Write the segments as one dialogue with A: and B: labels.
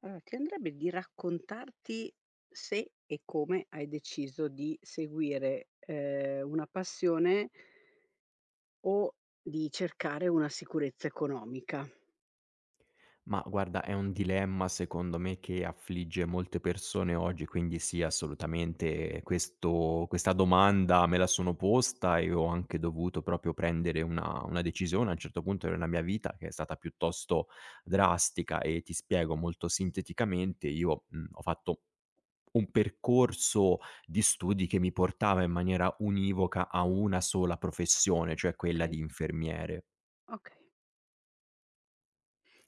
A: Allora, ti andrebbe di raccontarti se e come hai deciso di seguire, una passione o di cercare una sicurezza economica,
B: Ma guarda, è un dilemma secondo me che affligge molte persone oggi, quindi sì, assolutamente questo questa domanda me la sono posta e ho anche dovuto proprio prendere una decisione a un certo punto nella mia vita che è stata piuttosto drastica e ti spiego molto sinteticamente. Io, ho fatto un percorso di studi che mi portava in maniera univoca a una sola professione, cioè quella di
A: okay?
B: infermiere.
A: Okay,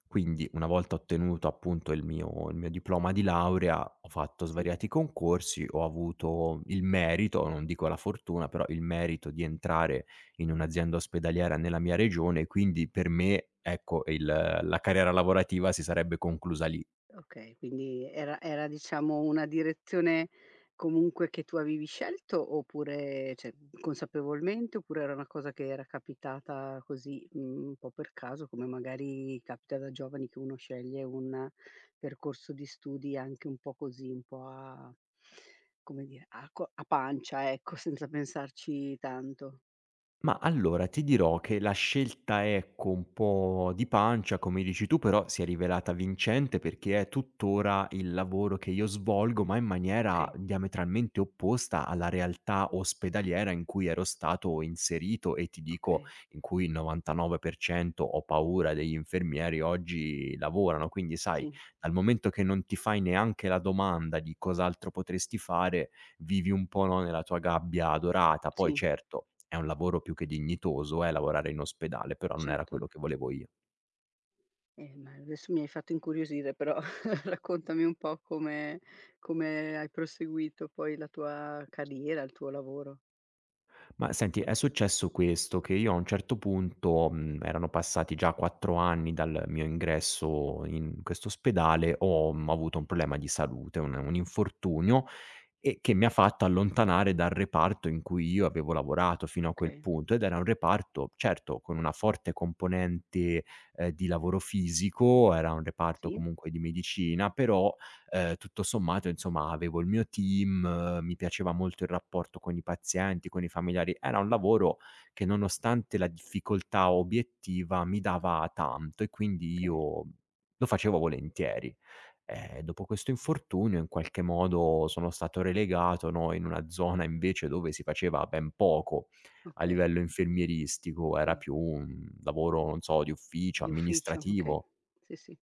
B: Quindi una volta ottenuto appunto il mio diploma di laurea, ho fatto
A: sì.
B: svariati concorsi, ho avuto il merito, non dico la fortuna, però il merito di entrare in un'azienda ospedaliera nella mia regione, quindi per me, ecco, il la carriera lavorativa si sarebbe conclusa lì.
A: Okay, quindi era diciamo una direzione comunque che tu avevi scelto oppure cioè, consapevolmente, oppure era una cosa che era capitata così, un po' per caso, come magari capita da giovani che uno sceglie un percorso di studi anche un po' così, un po' a come dire, a pancia ecco, senza pensarci tanto.
B: Ma allora ti dirò che la scelta, ecco, un po' di pancia, come dici tu, però si è rivelata vincente perché è tuttora il lavoro che io svolgo, ma in maniera
A: Okay,
B: diametralmente opposta alla realtà ospedaliera in cui ero stato inserito e ti dico
A: okay,
B: in cui il 99% ho paura degli infermieri oggi lavorano. Quindi, sai,
A: sì,
B: dal momento che non ti fai neanche la domanda di cos'altro potresti fare, vivi un po', no, nella tua gabbia dorata. Poi
A: sì,
B: certo è un lavoro più che dignitoso, è lavorare in ospedale, però non era quello
A: certo.
B: che volevo io.
A: Ma adesso mi hai fatto incuriosire però, raccontami un po' come hai proseguito poi la tua carriera, il tuo lavoro.
B: Ma senti, è successo questo, che io a un certo punto, erano passati già 4 anni dal mio ingresso in quest'ospedale, ho, avuto un problema di salute, un infortunio, e che mi ha fatto allontanare dal reparto in cui io avevo lavorato fino a quel
A: Okay,
B: punto, ed era un reparto, certo, con una forte componente, di lavoro fisico, era un reparto
A: sì?
B: comunque di medicina. Però tutto sommato insomma avevo il mio team, mi piaceva molto il rapporto con i pazienti, con i familiari. Era un lavoro che nonostante la difficoltà obiettiva mi
A: Mh,
B: dava tanto e quindi
A: okay,
B: io lo facevo volentieri. Dopo questo infortunio in qualche modo sono stato relegato, no, in una zona invece dove si faceva ben poco a
A: okay,
B: livello infermieristico, era
A: di
B: più un lavoro, non so, di ufficio,
A: di ufficio, okay.
B: amministrativo.
A: Sì, sì.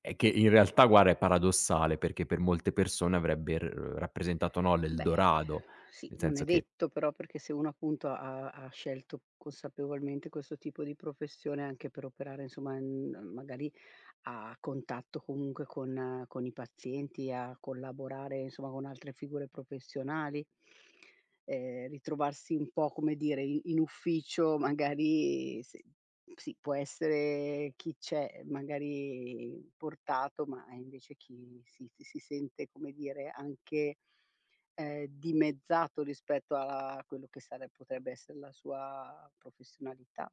B: Che in realtà guarda è paradossale, perché per molte persone avrebbe r rappresentato, no,
A: Beh,
B: l'Eldorado,
A: sì,
B: nel
A: non
B: senso
A: è
B: che.
A: detto però, perché se uno appunto ha scelto consapevolmente questo tipo di professione anche per operare insomma, magari a contatto comunque con i pazienti, a collaborare insomma con altre figure professionali, ritrovarsi un po', come dire, i in ufficio magari se sì, può essere chi c'è magari portato, ma invece chi si sente, come dire, anche dimezzato rispetto a quello che sare potrebbe essere la sua professionalità.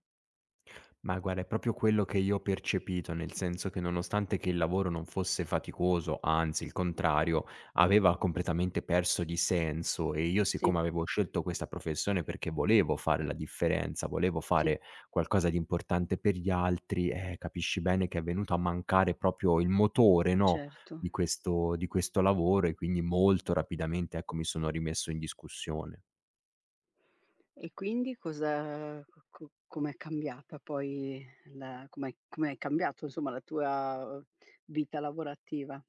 B: Ma guarda, è proprio quello che io ho percepito, nel senso che nonostante che il lavoro non fosse faticoso, anzi il contrario, aveva completamente perso di senso e io
A: Sì,
B: siccome avevo scelto questa professione perché volevo fare la differenza, volevo
A: sì.
B: fare qualcosa di importante per gli altri, capisci bene che è venuto a mancare proprio il motore, no,
A: Certo.
B: di questo lavoro e quindi molto rapidamente, ecco, mi sono rimesso in discussione.
A: E quindi cosa co co com'è cambiata poi la com'è cambiato insomma la tua vita lavorativa?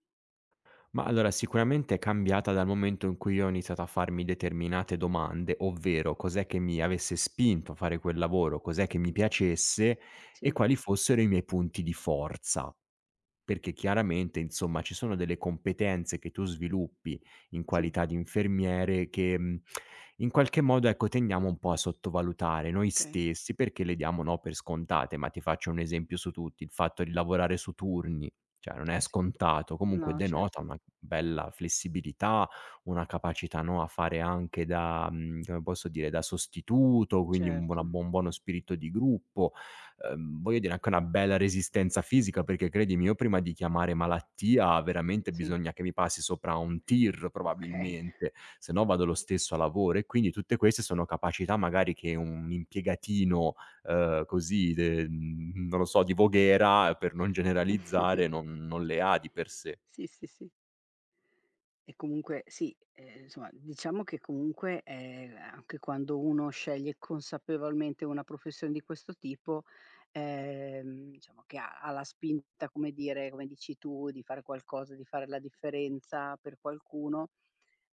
B: Ma allora sicuramente è cambiata dal momento in cui io ho iniziato a farmi determinate domande, ovvero cos'è che mi avesse spinto a fare quel lavoro, cos'è che mi piacesse e
A: Sì,
B: quali fossero i miei punti di forza. Perché chiaramente, insomma, ci sono delle competenze che tu sviluppi in
A: sì,
B: qualità di infermiere che, in qualche modo, ecco, tendiamo un po' a sottovalutare noi
A: okay.
B: stessi perché le diamo, no, per scontate, ma ti faccio un esempio su tutti: il fatto di lavorare su turni, cioè non è
A: Sì.
B: scontato, comunque
A: No,
B: denota
A: certo,
B: una bella flessibilità, una capacità, no, a fare anche da come posso dire, da sostituto, quindi un buona
A: certo,
B: buon un buono spirito di gruppo. Voglio dire anche una bella resistenza fisica, perché credimi io prima di chiamare malattia veramente
A: sì.
B: bisogna che mi passi sopra un tir
A: Okay.
B: probabilmente, se no vado lo stesso a lavoro e quindi tutte queste sono capacità magari che un impiegatino, così non lo so, di Voghera, per non generalizzare, non le ha di per sé.
A: Sì, sì, sì. E comunque sì, insomma diciamo che comunque, anche quando uno sceglie consapevolmente una professione di questo tipo, diciamo che ha la spinta, come dire, come dici tu, di fare qualcosa, di fare la differenza per qualcuno,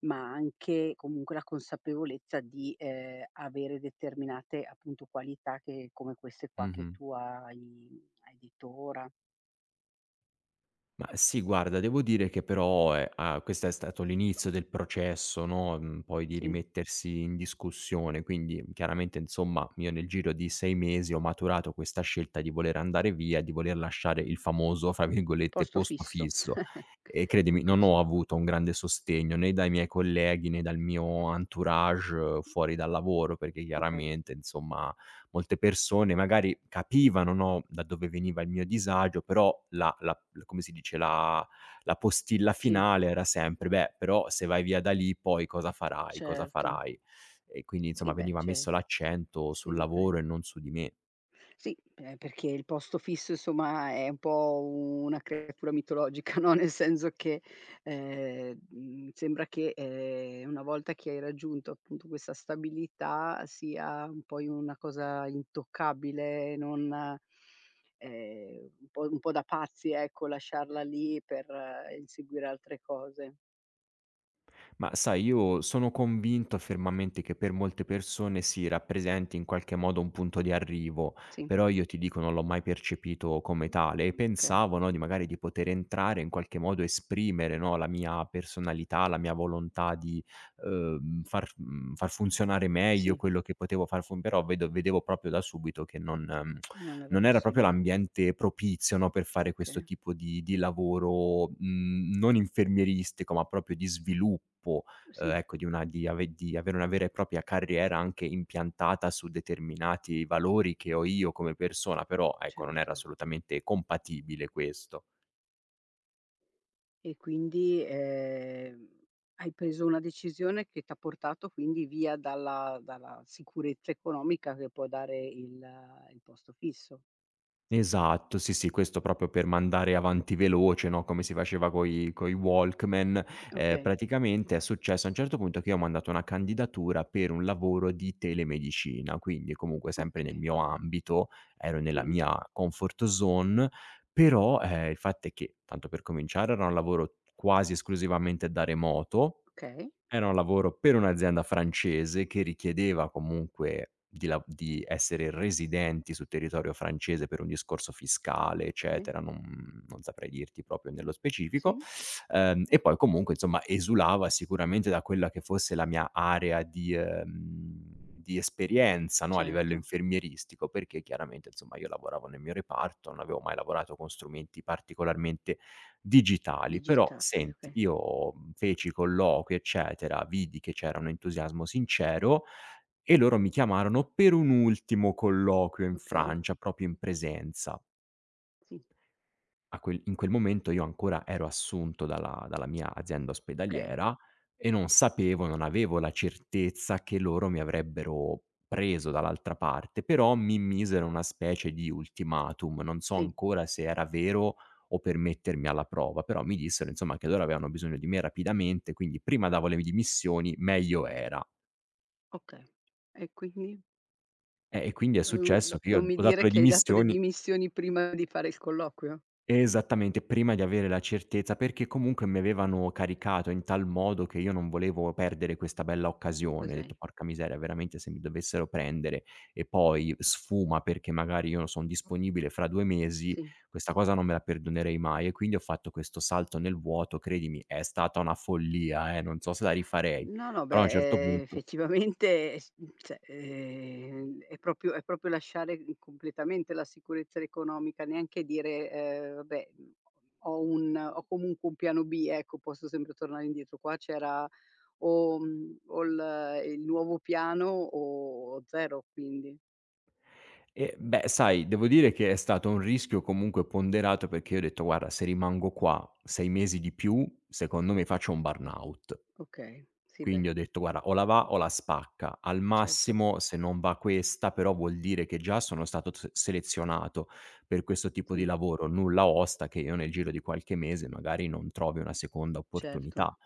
A: ma anche comunque la consapevolezza di, avere determinate appunto qualità che come queste qua che
B: Mh-mh.
A: tu hai detto ora.
B: Ma sì, guarda, devo dire che però, questo è stato l'inizio del processo, no, poi di
A: Sì,
B: rimettersi in discussione, quindi chiaramente insomma io nel giro di 6 mesi ho maturato questa scelta di voler andare via, di voler lasciare il famoso, fra virgolette,
A: posto
B: "posto
A: fisso.
B: fisso" e credimi non ho
A: Eccoci.
B: avuto un grande sostegno né dai miei colleghi né dal mio entourage fuori dal lavoro, perché
A: Okay,
B: chiaramente insomma molte persone magari capivano, no, da dove veniva il mio disagio, però la la l come si dice, la postilla
A: sì.
B: finale era sempre: "Beh, però se vai via da lì poi cosa farai, cosa
A: Certo.
B: farai?" E quindi, insomma,
A: Sì, beh,
B: veniva messo
A: c'è
B: l'accento sul lavoro e
A: sempre
B: non su di me.
A: sì, perché il posto fisso insomma è un po' una creatura mitologica, no, nel senso che, sembra che, una volta che hai raggiunto appunto questa stabilità sia un poi una cosa intoccabile, non un po' un po' da pazzi ecco, lasciarla lì per inseguire altre cose.
B: Ma sai, io sono convinto fermamente che per molte persone si rappresenti in qualche modo un punto di arrivo,
A: Sì,
B: però io ti dico non l'ho mai percepito come tale e
A: okay.
B: pensavo, no, di magari di poter entrare in qualche modo esprimere, no, la mia personalità, la mia volontà di far, far funzionare meglio
A: Sì,
B: quello che potevo far funzionare, però vedevo proprio da subito che non,
A: non era
B: non era proprio
A: possibile.
B: l'ambiente propizio, no, per fare questo
A: Okay,
B: tipo di lavoro, non infermieristico, ma proprio di sviluppo,
A: sì.
B: ecco, di avere una vera e propria carriera anche impiantata su determinati valori che ho io come persona, però ecco, non era
A: Certo.
B: assolutamente compatibile questo.
A: E quindi, hai preso una decisione che t'ha portato quindi via dalla sicurezza economica che può dare il posto fisso.
B: Esatto, sì, sì, questo proprio per mandare avanti veloce, no, come si faceva coi Walkman.
A: Okay,
B: Praticamente è successo a un certo punto che io ho mandato una candidatura per un lavoro di telemedicina, quindi comunque sempre nel
A: okay,
B: mio ambito, ero nella
A: sì,
B: mia comfort zone, però, il fatto è che, tanto per cominciare, era un lavoro quasi esclusivamente da remoto.
A: okay,
B: Era un lavoro per un'azienda francese che richiedeva comunque di essere residenti sul territorio francese per un discorso fiscale,
A: okay,
B: eccetera, non saprei dirti proprio nello specifico.
A: sì,
B: E poi comunque insomma esulava sicuramente da quella che fosse la mia area di esperienza, no, a livello
A: certo,
B: infermieristico, perché chiaramente insomma io lavoravo nel mio reparto, non avevo mai lavorato con strumenti particolarmente digitali. Però
A: digitale,
B: senti,
A: okay,
B: io, feci colloqui, eccetera, vidi che c'era un entusiasmo sincero e loro mi chiamarono per un ultimo colloquio in
A: okay,
B: Francia, proprio in presenza.
A: sì,
B: A quel in quel momento io ancora ero assunto dalla mia azienda
A: okay,
B: ospedaliera e non sapevo, non avevo la certezza che loro mi avrebbero preso dall'altra parte, però mi misero una specie di ultimatum, non so
A: sì,
B: ancora se era vero o per mettermi alla prova, però mi dissero insomma che loro avevano bisogno di me rapidamente, quindi prima davo le dimissioni meglio era.
A: okay. E quindi
B: E quindi è
A: no, no,
B: successo che
A: non
B: io
A: mi
B: ho dato
A: dire
B: le
A: che hai dato le
B: dimissioni.
A: dimissioni prima di fare il colloquio?
B: Esattamente, prima di avere la certezza, perché comunque mi avevano caricato in tal modo che io non volevo perdere questa bella
A: O
B: occasione. Ho
A: cos'hai?
B: detto: "Porca miseria, veramente se mi dovessero prendere e poi sfuma perché magari io non son disponibile fra 2 mesi,
A: Sì.
B: questa cosa non me la perdonerei mai". E quindi ho fatto questo salto nel vuoto, credimi, è stata una follia, non so se la rifarei.
A: No, no,
B: Però a un certo
A: beh,
B: punto.
A: effettivamente cioè, è proprio lasciare, completamente la sicurezza economica, neanche dire, "Vabbè, ho comunque un piano B, ecco, posso sempre tornare indietro." Qua c'era o o il nuovo piano o zero, quindi
B: E beh, sai, devo dire che è stato un rischio comunque ponderato perché io ho detto: "Guarda, se rimango qua 6 mesi di più, secondo me faccio un burnout".
A: okay. Sì, beh,
B: Quindi ho detto: "Guarda, o la va o la spacca. Al
A: certo.
B: massimo se non va questa, però vuol dire che già sono stato s selezionato per questo tipo di
A: Sì,
B: lavoro, nulla osta che io nel giro di qualche mese magari non trovi una seconda
A: certo.
B: opportunità".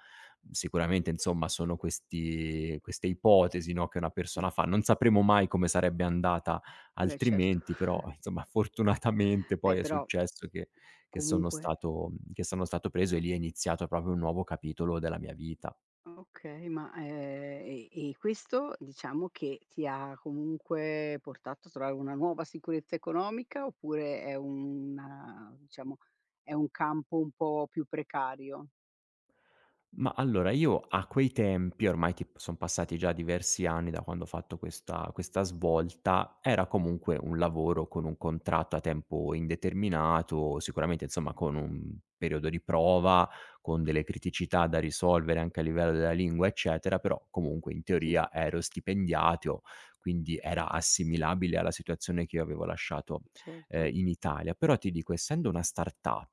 B: Sicuramente insomma sono questi queste ipotesi, no, che una persona
A: Sì.
B: fa. Non sapremo mai come sarebbe andata
A: Vabbè, certo.
B: altrimenti, però insomma fortunatamente
A: Beh,
B: poi è
A: però
B: successo che che sono
A: comunque.
B: stato che sono stato preso e lì è iniziato proprio un nuovo capitolo della mia vita.
A: Okay, ma, e questo diciamo che ti ha comunque portato a trovare una nuova sicurezza economica oppure è una diciamo, è un campo un po' più precario?
B: Ma allora io a quei tempi, ormai ti son passati già diversi anni da quando ho fatto questa svolta, era comunque un lavoro con un contratto a tempo indeterminato, sicuramente insomma con un periodo di prova, con delle criticità da risolvere anche a livello della lingua eccetera, però comunque in
A: Sì,
B: teoria ero stipendiato, quindi era assimilabile alla situazione che io avevo lasciato,
A: certo,
B: in Italia. Però ti dico, essendo una startup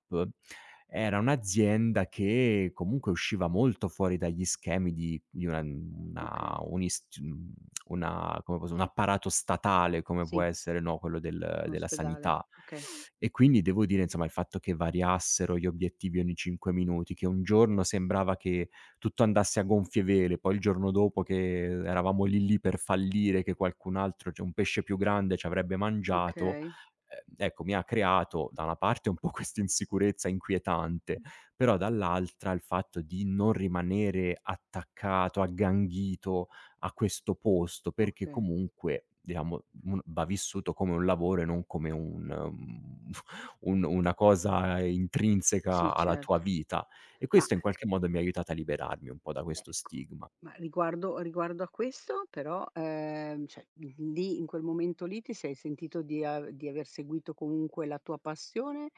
B: era un'azienda che comunque usciva molto fuori dagli schemi di una
A: okay.
B: un'ist mhmm, una come posso un apparato statale come può
A: Sì,
B: essere, no, quello del
A: un
B: della
A: ospedale,
B: sanità.
A: okay.
B: E quindi devo dire, insomma, il fatto che variassero gli obiettivi ogni 5 minuti, che un giorno sembrava che tutto andasse a gonfie vele, poi il giorno dopo che eravamo lì lì per fallire, che qualcun altro cioè un pesce più grande ci avrebbe mangiato.
A: Okay,
B: Ecco, mi ha creato da una parte un po' questa insicurezza inquietante, però dall'altra il fatto di non rimanere attaccato, agganghito a questo posto, perché
A: okay.
B: comunque, diciamo, va vissuto come un lavoro e non come un una cosa intrinseca
A: Sì,
B: alla tua
A: certo.
B: vita. E
A: Ma
B: questo in qualche modo mi ha aiutata a liberarmi un po' da questo
A: Ecco,
B: stigma.
A: ma riguardo a questo però, cioè, lì in quel momento lì ti sei sentito di aver seguito comunque la tua passione,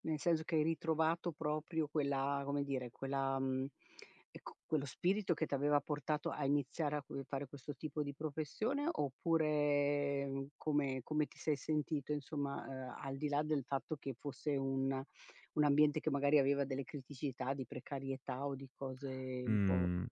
A: nel senso che hai ritrovato proprio quella come dire, quella ecco, quello spirito che t'aveva portato a iniziare a que fare questo tipo di professione, oppure, come ti sei sentito insomma, al di là del fatto che fosse un ambiente che magari aveva delle criticità, di precarietà o di cose un po'
B: Mhmm,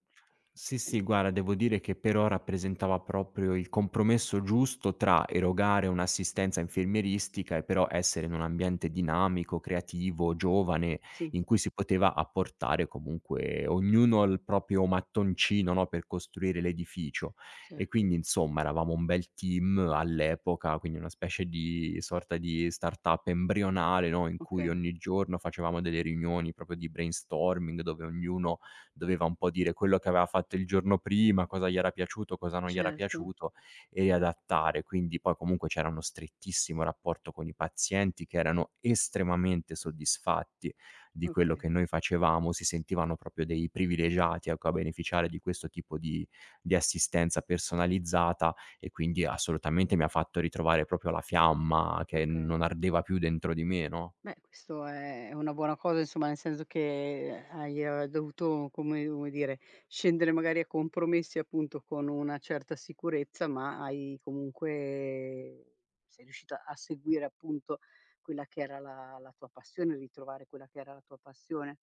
B: sì, sì,
A: Ehm,
B: guarda devo dire che per ora rappresentava proprio il compromesso giusto tra erogare un'assistenza infermieristica e però essere in un ambiente dinamico, creativo, giovane,
A: sì,
B: in cui si poteva apportare comunque ognuno il proprio mattoncino, no, per costruire l'edificio. E quindi
A: certo.
B: insomma eravamo un bel team all'epoca, quindi una specie di sorta di startup embrionale, no, in cui
A: Okay,
B: ogni giorno facevamo delle riunioni proprio di brainstorming dove ognuno doveva un po' dire quello che aveva fatto il giorno prima, cosa gli era piaciuto, cosa non gli era
A: certo.
B: piaciuto e riadattare. Quindi poi comunque c'era uno strettissimo rapporto con i pazienti che erano estremamente soddisfatti di quello che
A: Okay,
B: noi facevamo, si sentivano proprio dei privilegiati, ecco, a beneficiare di questo tipo di assistenza personalizzata e quindi assolutamente mi ha fatto ritrovare proprio la fiamma che
A: okay.
B: non ardeva più dentro di me, no?
A: Beh, questo è una buona cosa, insomma, nel senso che hai, dovuto, come dire, scendere magari a compromessi, appunto, con una certa sicurezza, ma hai comunque sei riuscita a seguire, appunto, quella che era la tua passione, ritrovare quella che era la tua passione.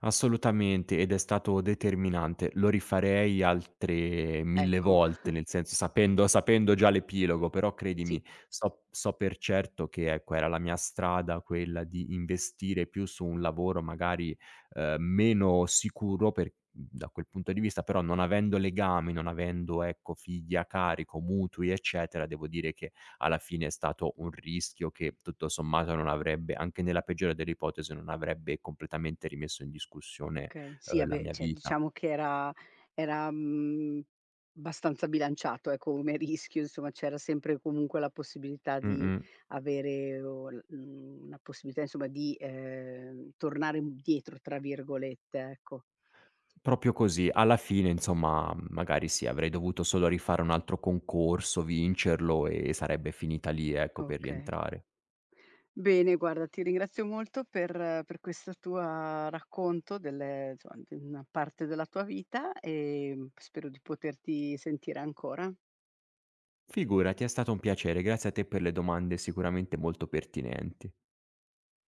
B: Assolutamente, ed è stato determinante. Lo rifarei altre 1000
A: Ecco,
B: volte, nel senso sapendo già l'epilogo, però credimi,
A: sì.
B: so per certo che, ecco, era la mia strada quella di investire più su un lavoro magari, meno sicuro per da quel punto di vista, però non avendo legami, non avendo, ecco, figli a carico, mutui, eccetera, devo dire che alla fine è stato un rischio che tutto sommato non avrebbe anche nella peggiore delle ipotesi, non avrebbe completamente rimesso in discussione,
A: Okay. Sì,
B: la
A: vabbè,
B: mia
A: cioè
B: vita.
A: diciamo che era, abbastanza bilanciato, ecco, come rischio, insomma, c'era sempre comunque la possibilità di
B: Mh-mh.
A: avere una possibilità insomma di, "tornare indietro" tra virgolette, ecco.
B: Proprio così. Alla fine insomma, magari sì, avrei dovuto solo rifare un altro concorso, vincerlo e sarebbe finita lì, ecco, per
A: Okay.
B: rientrare.
A: Bene, guarda, ti ringrazio molto per questa tua racconto delle insomma, di una parte della tua vita e, spero di poterti sentire ancora.
B: Figurati, è stato un piacere. Grazie a te per le domande sicuramente molto pertinenti.